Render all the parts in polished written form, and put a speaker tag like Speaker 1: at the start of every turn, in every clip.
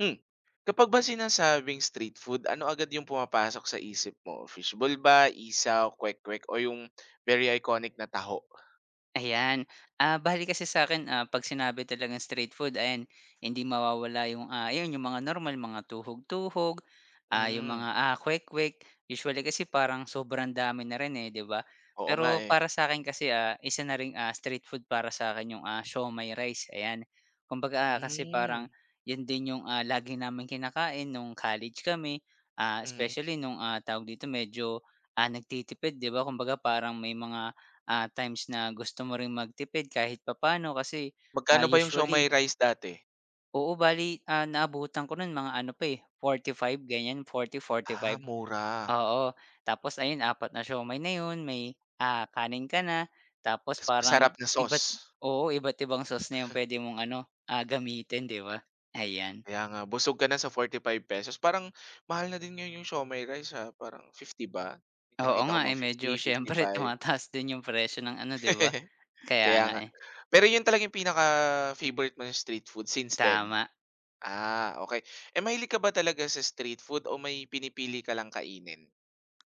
Speaker 1: Hmm. Kapag ba sinasabing street food, ano agad yung pumapasok sa isip mo? Fishball ba, isaw, kwek-kwek o yung very iconic na taho?
Speaker 2: Ayan. Bale kasi sa'kin, 'pag sinabi talagang street food, ayan, hindi mawawala yung, ayun, yung mga normal, mga tuhog-tuhog, yung
Speaker 1: Hmm,
Speaker 2: mga, kwek-kwek. Usually kasi parang sobrang dami na rin, eh, 'di ba?
Speaker 1: oo nga,
Speaker 2: Pero
Speaker 1: eh.
Speaker 2: para sa akin kasi, isa na ring, street food para sa akin yung, siomai rice, ayan. Kumbaga, kasi parang
Speaker 1: Hmm,
Speaker 2: yun din yung, lagi namin kinakain nung college kami,
Speaker 1: mm.
Speaker 2: especially nung, tawag dito, medyo, nagtitipid, 'di ba? Kumbaga parang may mga, times na gusto mo ring magtipid kahit papaano kasi, ah,
Speaker 1: Magkano ba yung
Speaker 2: usually
Speaker 1: siomai rice dati?
Speaker 2: oo, bali, naabutan ko nun mga ano pa, eh, 45 ganyan, forty
Speaker 1: Ah,
Speaker 2: five
Speaker 1: mura.
Speaker 2: Oo, tapos ayun, apat na siomai na yun, may, kanin ka na, tapos
Speaker 1: Tas
Speaker 2: parang
Speaker 1: masarap na sauce.
Speaker 2: oo, iba't ibang sauce na yung pwede mong ano, gamitin, 'di ba? Ayan.
Speaker 1: Kaya nga, busog ka na sa ₱45. Parang mahal na din ngayon yung siomai rice, ah, parang 50 ba?
Speaker 2: Oo
Speaker 1: Nakita ko
Speaker 2: nga,
Speaker 1: mga
Speaker 2: eh,
Speaker 1: fifty
Speaker 2: medyo
Speaker 1: fifty
Speaker 2: siyempre
Speaker 1: five
Speaker 2: tumataas din yung presyo ng ano, 'di ba? Kaya
Speaker 1: Kaya
Speaker 2: nga,
Speaker 1: nga.
Speaker 2: eh.
Speaker 1: Pero yun talaga yung pinaka-favorite mo na street food since then?
Speaker 2: Tama.
Speaker 1: Ah, okay. Eh, mahilig ka ba talaga sa street food o may pinipili ka lang kainin?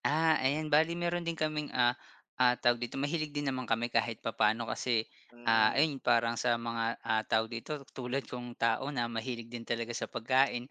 Speaker 2: Ayan, bale meron din kaming, tawag dito, mahilig din naman kami kahit papaano kasi,
Speaker 1: Hmm,
Speaker 2: ayun parang sa mga, tawag dito, tulad kong tao na mahilig din talaga sa pagkain,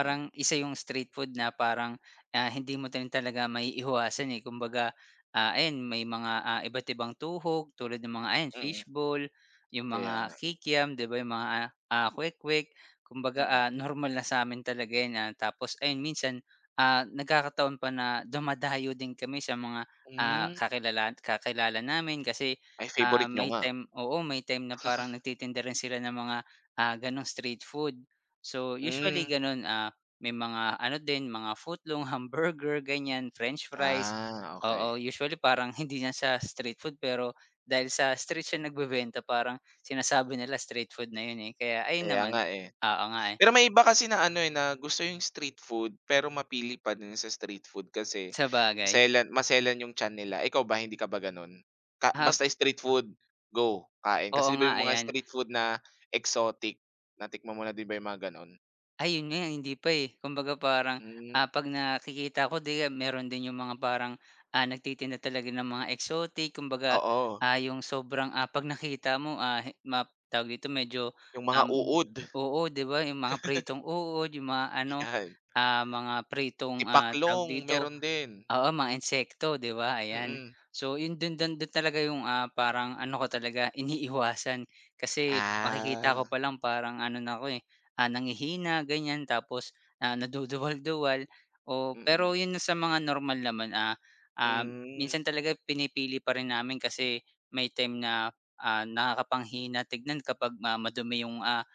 Speaker 1: mm,
Speaker 2: isa yung street food na parang, hindi mo din talaga maiiwasan, eh. Kumbaga, ayan, may mga, iba't ibang tuhog, tulad ng mga, ayan,
Speaker 1: mm.
Speaker 2: fishball, yung
Speaker 1: Kaya
Speaker 2: mga
Speaker 1: nga,
Speaker 2: kikiam, 'di ba, yung mga, kwek-kwek. Kumbaga,
Speaker 1: mm.
Speaker 2: normal na sa amin talaga 'yan, tapos ayun, minsan, nagkakataon pa na dumadayo din kami sa mga,
Speaker 1: Hmm,
Speaker 2: kakilala kakilala namin kasi,
Speaker 1: ay favorite nyo
Speaker 2: may
Speaker 1: nga.
Speaker 2: time, oo, may time na parang nagtitinda rin sila ng mga, gano'ng street food. So, usually
Speaker 1: Hmm,
Speaker 2: gano'n, may mga ano din, mga footlong, hamburger, ganyan, french fries.
Speaker 1: ah,
Speaker 2: Oo,
Speaker 1: okay.
Speaker 2: usually parang hindi na siya street food, pero dahil sa street siya nagbebenta, parang sinasabi nila street food na 'yun, eh, kaya ayun
Speaker 1: Kaya
Speaker 2: naman.
Speaker 1: nga, eh.
Speaker 2: Oo nga, eh,
Speaker 1: Pero may iba kasi na ano, eh, na gusto yung street food pero mapili pa din sa street food kasi
Speaker 2: sa bagay.
Speaker 1: maselan maselan yung tiyan nila. Ikaw ba hindi ka ba gano'n? Ka
Speaker 2: Hap,
Speaker 1: basta street food, go, kain.
Speaker 2: oo
Speaker 1: Kasi 'di ba
Speaker 2: nga,
Speaker 1: yung mga
Speaker 2: ayan.
Speaker 1: street food na exotic, natikman mo na din ba yung mga gano'n?
Speaker 2: Ay, yun nga, eh, hindi pa, eh. Kumbaga parang,
Speaker 1: Hmm,
Speaker 2: 'pag nakikita ko 'di, kaya meron din yung mga parang, nagtitinda talaga ng mga exotic. Kumbaga,
Speaker 1: oo.
Speaker 2: yung sobrang, 'pag nakita mo, he map tawag dito, medyo,
Speaker 1: Yung mga
Speaker 2: um
Speaker 1: uod,
Speaker 2: oo, 'di ba, yung mga pritong uod, yung mga ano,
Speaker 1: yan.
Speaker 2: mga pritong, tawag
Speaker 1: Tipaklong
Speaker 2: dito.
Speaker 1: meron din,
Speaker 2: Oo, mga insekto, 'di ba? Ayan.
Speaker 1: mm.
Speaker 2: So, yun dun dun dun talaga yung, parang ano ko talaga, iniiwasan. Kasi makikita ko
Speaker 1: Ah,
Speaker 2: pa lang parang ano na ako, eh, nanghihina, ganyan. Tapos, naduduwal-duwal. O pero
Speaker 1: mm.
Speaker 2: yun sa mga normal naman, ah,
Speaker 1: Hmm,
Speaker 2: minsan talaga pinipili pa rin namin kasi may time na, nakakapanghinang tignan kapag, madumi yung,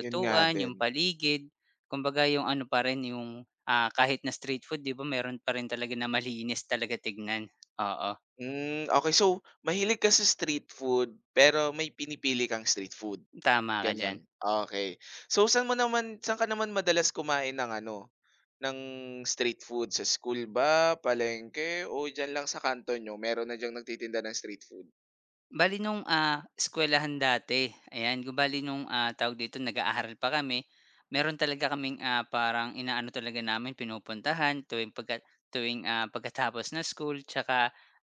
Speaker 1: yun nga din.
Speaker 2: yung paligid. Kumbaga yung ano pa rin, yung. Kahit na street food, 'di ba, meron pa rin talaga na malinis talaga tignan. Oo,
Speaker 1: Hmm, okey, so mahilig ka sa street food, pero may pinipili kang street food,
Speaker 2: tama ka diyan.
Speaker 1: gano'n? Okey. So saan ka naman madalas kumain ng ano, ng street food, sa school ba, palengke o diyan lang sa kanto niyo meron na diyang nagtitinda ng street food?
Speaker 2: Bali nung, eskuwelahan dati, ayan, bale nung, tawag dito, nag-aaral pa kami, meron talaga kaming, parang inaano talaga namin, pinupuntahan tuwing tuwing, pagkatapos na school, tsaka,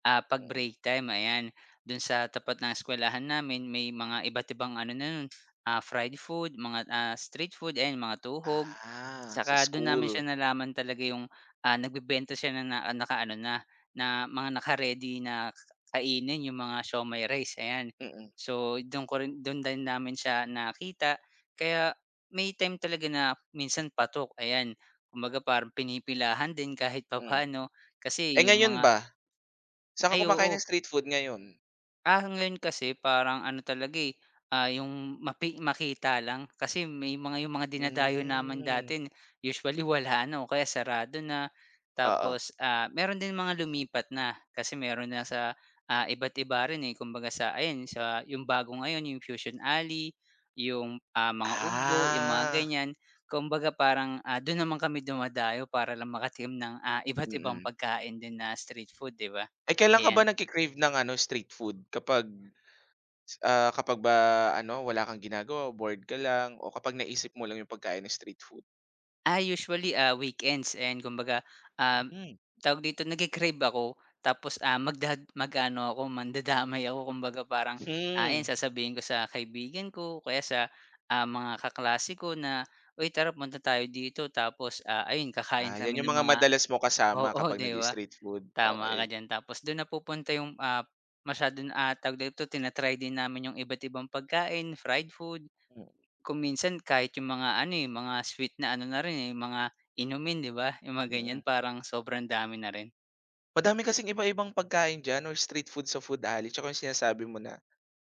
Speaker 2: 'pag
Speaker 1: Mm.
Speaker 2: break time, ayan. Dun sa tapat ng eskuwelahan namin may mga iba't ibang ano na no'n, fried food, mga, street food, ayan, mga tuhog.
Speaker 1: Ah, sa
Speaker 2: Tsaka do'n namin siya
Speaker 1: school.
Speaker 2: nalaman talaga yung, nagbebenta siya ng na nakaano na, na mga naka-ready na kainin yung mga siomai rice, ayan.
Speaker 1: Mm,
Speaker 2: So, do'n ko rin do'n din namin siya nakita, kaya may time talaga na minsan patok, ayan. Kumbaga parang pinipilahan din kahit
Speaker 1: mm.
Speaker 2: papaano
Speaker 1: Eh,
Speaker 2: kasi yung
Speaker 1: ngayon
Speaker 2: mga.
Speaker 1: ba? Saan ka
Speaker 2: Ay,
Speaker 1: kumakain
Speaker 2: oo.
Speaker 1: ng street food ngayon?
Speaker 2: Ngayon kasi parang ano talaga, eh, yung makita lang. Kasi may mga yung mga dinadayo naman
Speaker 1: Hmm,
Speaker 2: dati usually wala na o kaya sarado na.
Speaker 1: oo.
Speaker 2: Tapos, meron din mga lumipat na, kasi meron na sa, iba't iba rin, eh. Kumbaga sa, ayan, sa yung bago ngayon, yung Fusion Alley, yung, mga Ugbo, yung mga
Speaker 1: Ah,
Speaker 2: ganyan. Kumbaga parang, dun naman kami dumadayo para lang makatikim ng, iba't ibang
Speaker 1: mm.
Speaker 2: pagkain din na street food, 'di ba?
Speaker 1: Eh, kailan ka ba nagke-crave ng ano, street food? Kapag ba ano, wala kang ginagawa, bored ka lang o kapag naisip mo lang yung pagkain ng street food?
Speaker 2: Usually, weekends, and kumbaga, um,
Speaker 1: Hmm,
Speaker 2: tawag dito, nagke-crave ako, tapos, ah, magdad magano aano ako, mandadamay ako, kumbaga parang, ayan,
Speaker 1: hmm.
Speaker 2: sasabihin ko sa kaibigan ko, kaya sa, mga kaklase ko na, "Uy, tara, punta tayo dito." Tapos, ayun, kakain
Speaker 1: Ah, 'yan
Speaker 2: kami
Speaker 1: yung
Speaker 2: ng
Speaker 1: mga
Speaker 2: mga.
Speaker 1: madalas mo kasama
Speaker 2: Oo,
Speaker 1: kapag
Speaker 2: 'di ba?
Speaker 1: nag-i-street food,
Speaker 2: Tama
Speaker 1: okey.
Speaker 2: ka diyan. Tapos dun napupunta yung, masyado na, tawag dito, din namin yung iba't ibang pagkain, fried food.
Speaker 1: Hmm,
Speaker 2: Kung minsan kahit yung mga ano, eh, mga sweet na ano na rin, eh, mga inumin, 'di ba, yung mga ganyan,
Speaker 1: mm.
Speaker 2: parang sobrang dami na rin.
Speaker 1: Madami kasing iba-ibang pagkain diyan or street food sa food alley 'tsaka yung sinasabi mo na,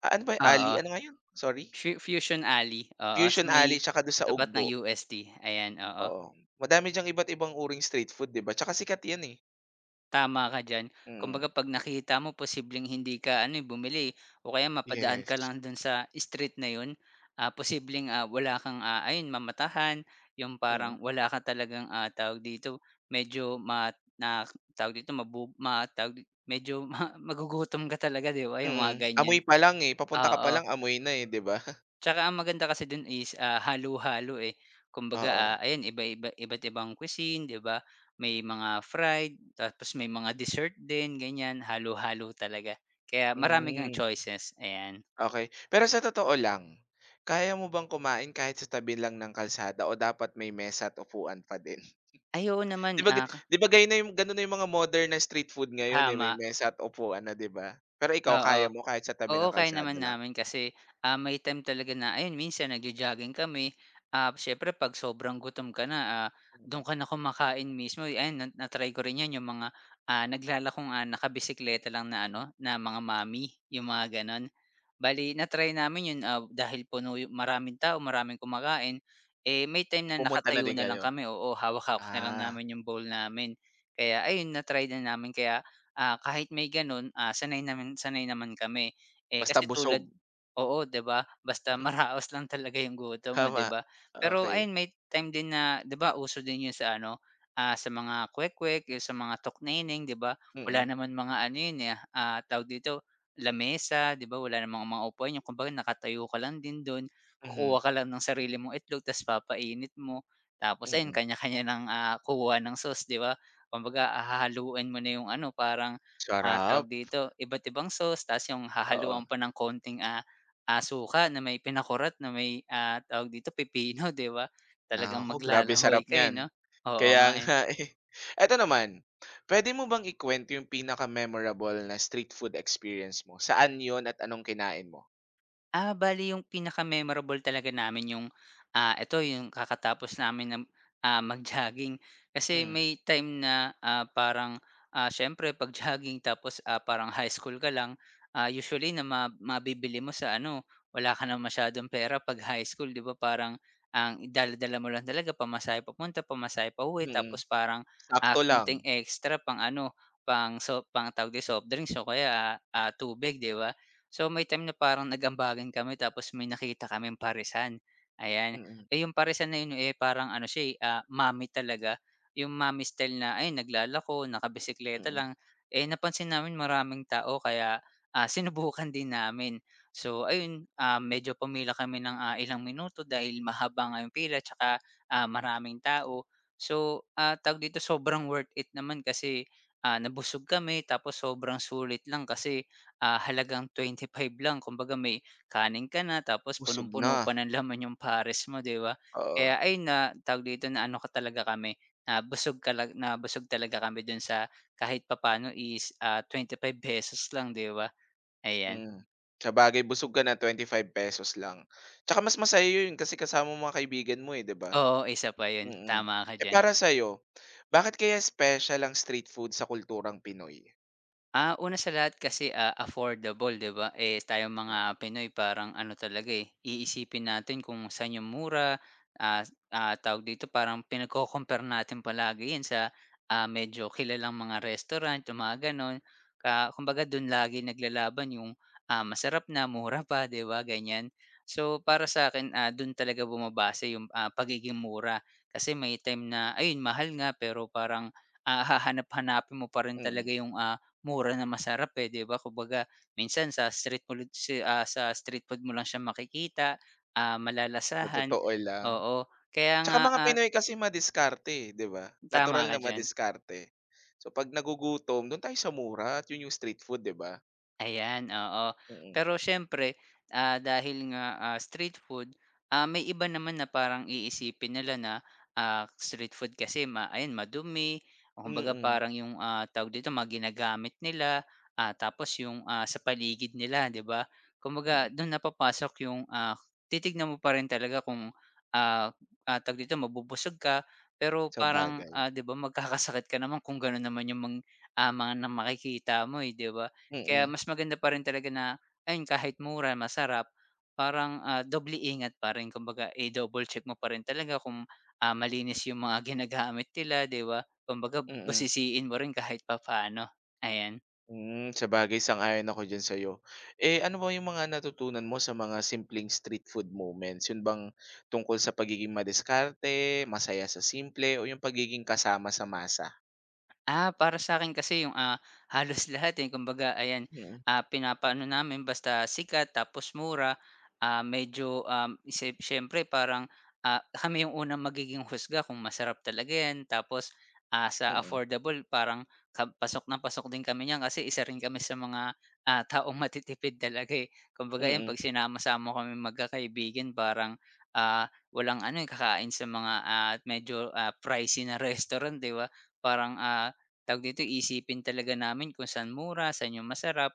Speaker 1: ah, ano ba alley,
Speaker 2: Oo,
Speaker 1: ano nga 'yun? Sorry?
Speaker 2: Fusion Alley, oo, sa
Speaker 1: Fusion
Speaker 2: may
Speaker 1: alley 'tsaka do'n sa
Speaker 2: tapat
Speaker 1: Ugbo.
Speaker 2: ng UST, ayan, oo.
Speaker 1: Oo, madami diyang iba't ibang uring street food 'di ba, tsaka sikat 'yan, eh.
Speaker 2: Tama ka diyan.
Speaker 1: Mm.
Speaker 2: Kumbaga 'pag nakita mo posibleng hindi ka ano, eh, bumili, o kaya mapadaan
Speaker 1: Yes.
Speaker 2: ka lang dun sa street na yun, posibleng, wala kang, ayun, mamatahan, yung
Speaker 1: Mm,
Speaker 2: parang wala ka talagang, tawag dito, medyo ma na tawag dito, mabu ma tawag di- medyo magugutom ka talaga, 'di ba, yung mga
Speaker 1: mm.
Speaker 2: ganyan,
Speaker 1: Amoy pa lang, eh, papunta ka pa
Speaker 2: oo.
Speaker 1: lang amoy na, eh, 'di ba?
Speaker 2: Tsaka ang maganda kasi dun is, halo-halo, eh. Kumbaga,
Speaker 1: Oo.
Speaker 2: ayan, iba't ibang cuisine, 'di ba? May mga fried, tapos may mga dessert din, ganyan. Halo-halo talaga. Kaya marami kang
Speaker 1: Hmm,
Speaker 2: choices, ayan.
Speaker 1: okey. Pero sa totoo lang, kaya mo bang kumain kahit sa tabi lang ng kalsada o dapat may mesa at upuan pa din?
Speaker 2: Ay, oo
Speaker 1: 'Di
Speaker 2: naman,
Speaker 1: ba ga 'di ba gaya na yung gano'n na yung mga modern na street food ngayon, eh, may
Speaker 2: tama,
Speaker 1: mesa at upuan na 'di ba? Pero ikaw
Speaker 2: oo.
Speaker 1: kaya mo kahit sa tabi
Speaker 2: Oo,
Speaker 1: ng
Speaker 2: kaya
Speaker 1: kalsada
Speaker 2: naman
Speaker 1: lang?
Speaker 2: namin kasi, may time talaga na ayun minsan nagjo-jogging kami, siyempre 'pag sobrang gutom ka na,
Speaker 1: Mm,
Speaker 2: dun ka na kumakain mismo, eh, ayan, na try ko rin 'yan, yung mga, naglalakong, nakabisikleta lang na ano, na mga mami, yung mga gano'n. Bale na-try namin yun, dahil puno yung maraming tao, maraming kumakain, eh, may time na
Speaker 1: pumunta na
Speaker 2: nakatayo
Speaker 1: din
Speaker 2: na lang
Speaker 1: kayo?
Speaker 2: kami, oo, hawak-hawak na lang
Speaker 1: Ah,
Speaker 2: namin yung bowl namin. Kaya ayun, na-try na namin, kaya, kahit may gano'n, sanay naman kami. Eh,
Speaker 1: basta
Speaker 2: kasi tulad.
Speaker 1: busog.
Speaker 2: Oo, 'di ba? Basta maraos lang talaga yung gutom mo, 'di
Speaker 1: Tama,
Speaker 2: ba? Pero
Speaker 1: okey.
Speaker 2: ayun, may time din na 'di ba, uso din yun sa ano, sa mga kwek-kwek, yung sa mga tukneneng, 'di ba? Wala
Speaker 1: Mm,
Speaker 2: naman mga ano yun, eh, tawag dito, lamesa, 'di ba? Wala namang mga upuan yun, kumbaga nakatayo ka lang din dun, kukuha
Speaker 1: mhm,
Speaker 2: ka lang ng sarili mong itlog, tas papainit mo. Tapos ayun,
Speaker 1: mm.
Speaker 2: kanya-kanya ng, kukuha ng sauce, 'di ba? Kumbaga hahaluin mo na yung ano, parang. Ah,
Speaker 1: Sarap,
Speaker 2: tawag dito, iba't ibang sauce, ta's yung
Speaker 1: oo.
Speaker 2: hahaluan pa ng konting, asuka na may pinakurat, na may, tawag dito, pipino, 'di ba? Talagang
Speaker 1: Naku, grabe
Speaker 2: maglalaway
Speaker 1: sarap
Speaker 2: ka, eh,
Speaker 1: niyan.
Speaker 2: 'no? Oo
Speaker 1: Kaya
Speaker 2: nga, eh.
Speaker 1: nga eh. Eto naman, puwede mo bang ikuwento yung pinaka-memorable na street food experience mo? Saan yun at anong kinain mo?
Speaker 2: Bali yung pinaka-memorable talaga namin yung, eto yung kakatapos namin ng, mag-jogging. Kasi
Speaker 1: Hmm,
Speaker 2: may time na, parang, siyempre 'pag jogging tapos, parang high school ka lang, usually na mabibili mo sa ano, wala ka ng masyadong pera 'pag high school, 'di ba, parang ang dala-dala mo lang talaga pamasahe papunta, pamasahe pauwi,
Speaker 1: mm.
Speaker 2: tapos parang,
Speaker 1: Sakto lang.
Speaker 2: konting extra pang ano, pang tawag dito, soft drinks, o kaya, tubig, 'di ba? So, may time na parang kami, tapos may nakita kaming parisan, ayan.
Speaker 1: Mm,
Speaker 2: Eh, yung parisan na yun, eh, parang ano siya, eh, mommy talaga. Yung mommy style na, ayun, naglalako, nakabisikleta
Speaker 1: mm.
Speaker 2: lang. Eh, napansin namin maraming tao, kaya, sinubukan din namin. So, ayun, medyo pumila kami ng, ilang minuto dahil mahaba nga yung pila, tsaka, maraming tao. So, tawag dito, sobrang worth it naman kasi, nabusog kami, tapos sobrang sulit lang kasi halagang five lang, kumbaga may kanin ka na, tapos
Speaker 1: Busog na,
Speaker 2: punong-puno pa ng laman yung pares mo, 'di ba?
Speaker 1: oo,
Speaker 2: Kaya ay, na tawag dito, na ano ka talaga kami, na busog talaga kami dun sa kahit papaano is, ₱25 lang, 'di ba? Ayan.
Speaker 1: mm. Sabagay busog ka na ₱25 lang. Tsaka mas masaya yun kasi kasama mo mga kaibigan mo eh, 'di ba?
Speaker 2: Oo, isa pa yun,
Speaker 1: Mm.
Speaker 2: tama ka
Speaker 1: Eh,
Speaker 2: diyan.
Speaker 1: para sa'yo, bakit kaya special ang street food sa kulturang Pinoy?
Speaker 2: Una sa lahat kasi, affordable, 'di ba? Eh, tayong mga Pinoy parang ano talaga, eh, iisipin natin kung saan yung mura, ah, tawag dito, parang pinagko-compare natin palagi 'yan sa, medyo kilalang mga restaurant, yung mga gano'n. Kumbaga do'n lagi naglalaban yung, masarap na, mura pa, 'di ba, ganyan. So, para sa akin, do'n talaga bumabase yung, pagiging mura. Kasi may time na ayun, mahal nga pero parang, hahanap-hanapin mo pa rin talaga
Speaker 1: Mm,
Speaker 2: yung, mura na masarap, eh, 'di ba? Kumbaga minsan, sa street food, sa street food mo lang siya makikita,
Speaker 1: sa
Speaker 2: malalasahan,
Speaker 1: totoo lang.
Speaker 2: oo. Kaya
Speaker 1: Tsaka
Speaker 2: nga,
Speaker 1: mga Pinoy kasi madiskarte, eh, 'di ba? Natural
Speaker 2: tama
Speaker 1: na
Speaker 2: ka diyan.
Speaker 1: madiskarte. So, 'pag nagugutom, do'n tayo sa mura at 'yun 'yung street food, 'di ba?
Speaker 2: Ayan, oo.
Speaker 1: Mm,
Speaker 2: Pero siyempre, dahil nga, street food, may iba naman na parang iisipin nila na, street food kasi ayun, madumi, o kumbaga
Speaker 1: mm,
Speaker 2: parang yung, tawag dito, mga ginagamit nila, tapos yung, sa paligid nila, 'di ba? Kumbaga
Speaker 1: mm.
Speaker 2: dun na papasok yung, titignan mo pa rin talaga kung, ah, tawag dito, mabubusog ka, pero parang,
Speaker 1: Sabagay,
Speaker 2: 'di ba, magkakasakit ka naman kung ganon naman yung mga na makikita mo, eh, 'di ba? Kaya
Speaker 1: mm,
Speaker 2: mas maganda pa rin talaga na ayun kahit mura, masarap, parang, doble ingat pa rin kumbaga i-double check mo pa rin talaga kung, malinis yung mga ginagamit nila, 'di ba? Kumbaga
Speaker 1: mm.
Speaker 2: busisiin mo rin kahit papaano, ayan.
Speaker 1: Hmm, sabagay sang-ayon ako diyan sa'yo. Eh, ano ba yung mga natutunan mo sa mga simpleng street food moments? Yun bang tungkol sa pagiging madiskarte, masaya sa simple, o yung pagiging kasama sa masa?
Speaker 2: Para sa akin kasi yung, halos lahat, eh. Kumbaga ayan,
Speaker 1: Mm,
Speaker 2: pinapaano namin basta sikat tapos mura, medyo, isip siyempre parang, kami yung unang magiging husga kung masarap talaga 'yan. Tapos, sa
Speaker 1: mm,
Speaker 2: affordable parang ka pasok na pasok din kami niyan kasi isa rin kami sa mga, taong matitipid talaga, eh. Kumbaga ayan
Speaker 1: mm,
Speaker 2: 'pag sinama-sama kaming magkakaibigan parang, walang ano, eh, kakain sa mga, medyo, pricey na restaurant, 'di ba? Parang, tawag dito, iisipin talaga namin kung saan mura, saan yung masarap.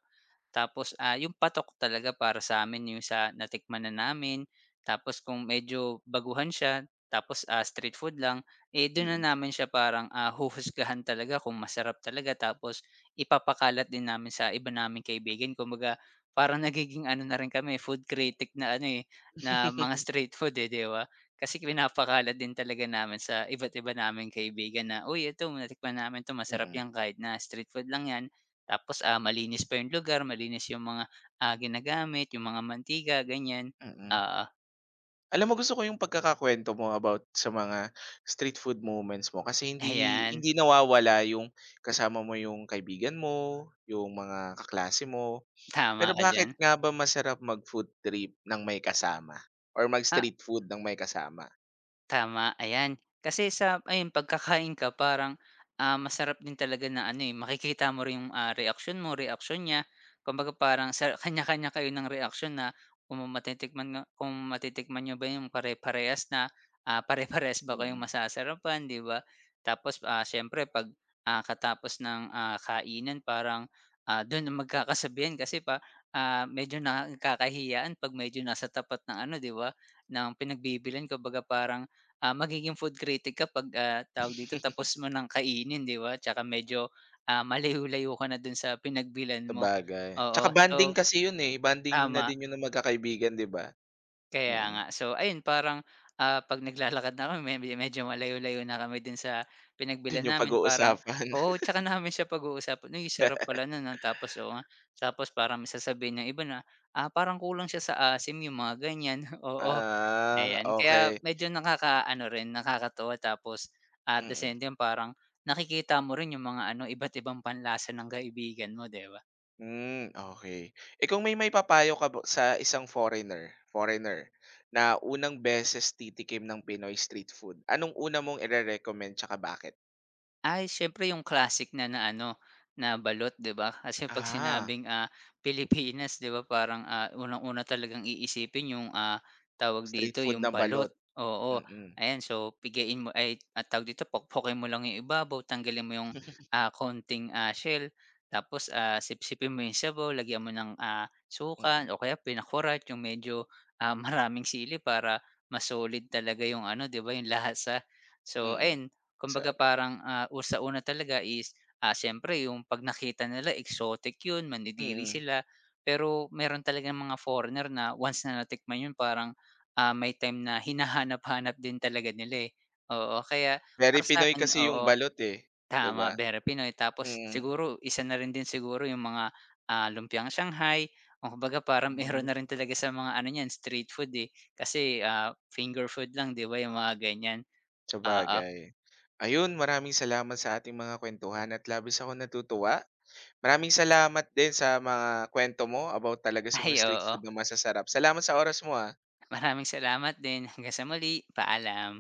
Speaker 2: Tapos, yung patok talaga para sa sa'min yung sa natikman na namin. Tapos kung medyo baguhan siya, tapos, street food lang, eh, dun na
Speaker 1: mm.
Speaker 2: namin siya parang, huhusgahan talaga kung masarap talaga. Tapos ipapakalat din namin sa iba naming kaibigan. Kumbaga, parang nagiging ano na rin kami, food critic na ano, eh, na mga street food, eh, 'di ba? Kasi pinapakalat din talaga namin sa iba't iba naming kaibigan na, "Uy, ito natikman namin 'to masarap
Speaker 1: Mm,
Speaker 2: 'yan kahit na street food lang 'yan." Tapos, malinis pa yung lugar, malinis yung mga, ginagamit, yung mga mantika, ganyan.
Speaker 1: mm.
Speaker 2: ah
Speaker 1: Alam mo, gusto ko yung pagkakakuwento mo about sa mga street food moments mo kasi hindi
Speaker 2: ayan,
Speaker 1: hindi nawawala yung kasama mo yung kaibigan mo, yung mga kaklase mo.
Speaker 2: tama
Speaker 1: Pero
Speaker 2: ka diyan.
Speaker 1: bakit nga ba masarap mag-food trip ng may kasama or
Speaker 2: Ah
Speaker 1: mag-street food ng may kasama?
Speaker 2: Tama, ayan. Kasi sa ayun pagkakain ka parang, masarap din talaga na ano, eh, makikita mo rin yung, reaksyon mo, reaksyon niya. Kumbaga parang sa kanya-kanya kayo ng reaksyon na kung matitikman niyo ba yung pare-parehas na, ah, pare-parehas ba kayong
Speaker 1: Mm.
Speaker 2: masasarapan, 'di ba? Tapos, siyempre 'pag, katapos ng, kainan parang, dun ang magkakasabihan kasi medyo nakakahiyaan 'pag medyo nasa tapat ng ano, 'di ba, ng pinagbibilhan. Kumbaga parang magiging food critic ka 'pag, tawag dito, tapos mo ng kainin, 'di ba? Tsaka medyo, malayo-layo ka na dun sa pinagbilan mo.
Speaker 1: Sabagay, tsaka
Speaker 2: Oo,
Speaker 1: bonding
Speaker 2: so
Speaker 1: kasi yun, eh, bonding na
Speaker 2: tama,
Speaker 1: din yun ng magkakaibigan, 'di ba?
Speaker 2: kaya
Speaker 1: Mm.
Speaker 2: nga. So ayun, parang, 'pag naglalakad na kami me medyo malayo-layo na kami dun sa
Speaker 1: Dun
Speaker 2: pinagbilan
Speaker 1: yung
Speaker 2: namin parang
Speaker 1: pag-uusapan.
Speaker 2: oo, tsaka namin siya pag-uusapan, "Uy, sarap pala nun, ah." Tapos oo nga, tapos parang may sasabihin ng iba na, "Parang kulang siya sa asim," yung mga ganyan, oo.
Speaker 1: Ah,
Speaker 2: Ayan, kaya
Speaker 1: okay.
Speaker 2: medyo nakakaano rin, nakakatuwa tapos at the
Speaker 1: Mm.
Speaker 2: same time parang nakikita mo rin yung mga ano, iba't ibang panlasa ng kaibigan mo, 'di ba?
Speaker 1: Hmm, okay. Eh, kung may papayo ka ba sa isang foreigner foreigner na unang beses titikim ng Pinoy street food, anong una mong ire-recommend tsaka bakit?
Speaker 2: Ay siyempre yung classic na na ano, na balot, 'di ba? Kasi 'pag
Speaker 1: Ah,
Speaker 2: sinabing, Pilipinas, 'di ba, parang, unang-una talagang iisipin yung, tawag
Speaker 1: street
Speaker 2: dito
Speaker 1: food
Speaker 2: yung
Speaker 1: ng
Speaker 2: balot,
Speaker 1: balot,
Speaker 2: oo.
Speaker 1: mm. Mm.
Speaker 2: Ayan, so pigain mo tawag dito, pokpokin mo lang yung ibabaw, tanggalin mo yung, konting, shell, tapos, sipsipin mo yung sabaw, lagyan mo ng, suka o kaya pinakurat yung medyo, maraming sili para mas solid talaga yung ano, 'di ba, yung lasa. So
Speaker 1: Mm,
Speaker 2: ayun, kumbaga
Speaker 1: sarap,
Speaker 2: parang, o sa una talaga siyempre yung 'pag nakita nila exotic yun, mandidiri
Speaker 1: mm.
Speaker 2: sila. Pero meron talaga mga foreigner na once na natikman yun parang, may time na hinahanap-hanap din talaga nila, eh. Oo, kaya
Speaker 1: Very
Speaker 2: para
Speaker 1: Pinoy
Speaker 2: sa'kin
Speaker 1: kasi yung
Speaker 2: oo,
Speaker 1: balot, eh, 'di ba?
Speaker 2: tama, very Pinoy. Tapos
Speaker 1: Mm,
Speaker 2: siguro isa na rin din siguro yung mga, lumpiang Shanghai o kumbaga parang meron na rin
Speaker 1: hmm,
Speaker 2: talaga sa mga ano niyan, street food, eh. Kasi, finger food lang, 'di ba, yung mga ganyan. Oo,
Speaker 1: sabagay. Ayun, maraming salamat sa ating mga kuwentuhan at labis akong natutuwa. Maraming salamat din sa mga kuwento mo about talaga sa mga
Speaker 2: ay
Speaker 1: street
Speaker 2: oo.
Speaker 1: food na masasarap. Salamat sa oras mo, ah.
Speaker 2: Maraming salamat din. Hanggang sa muli, paalam.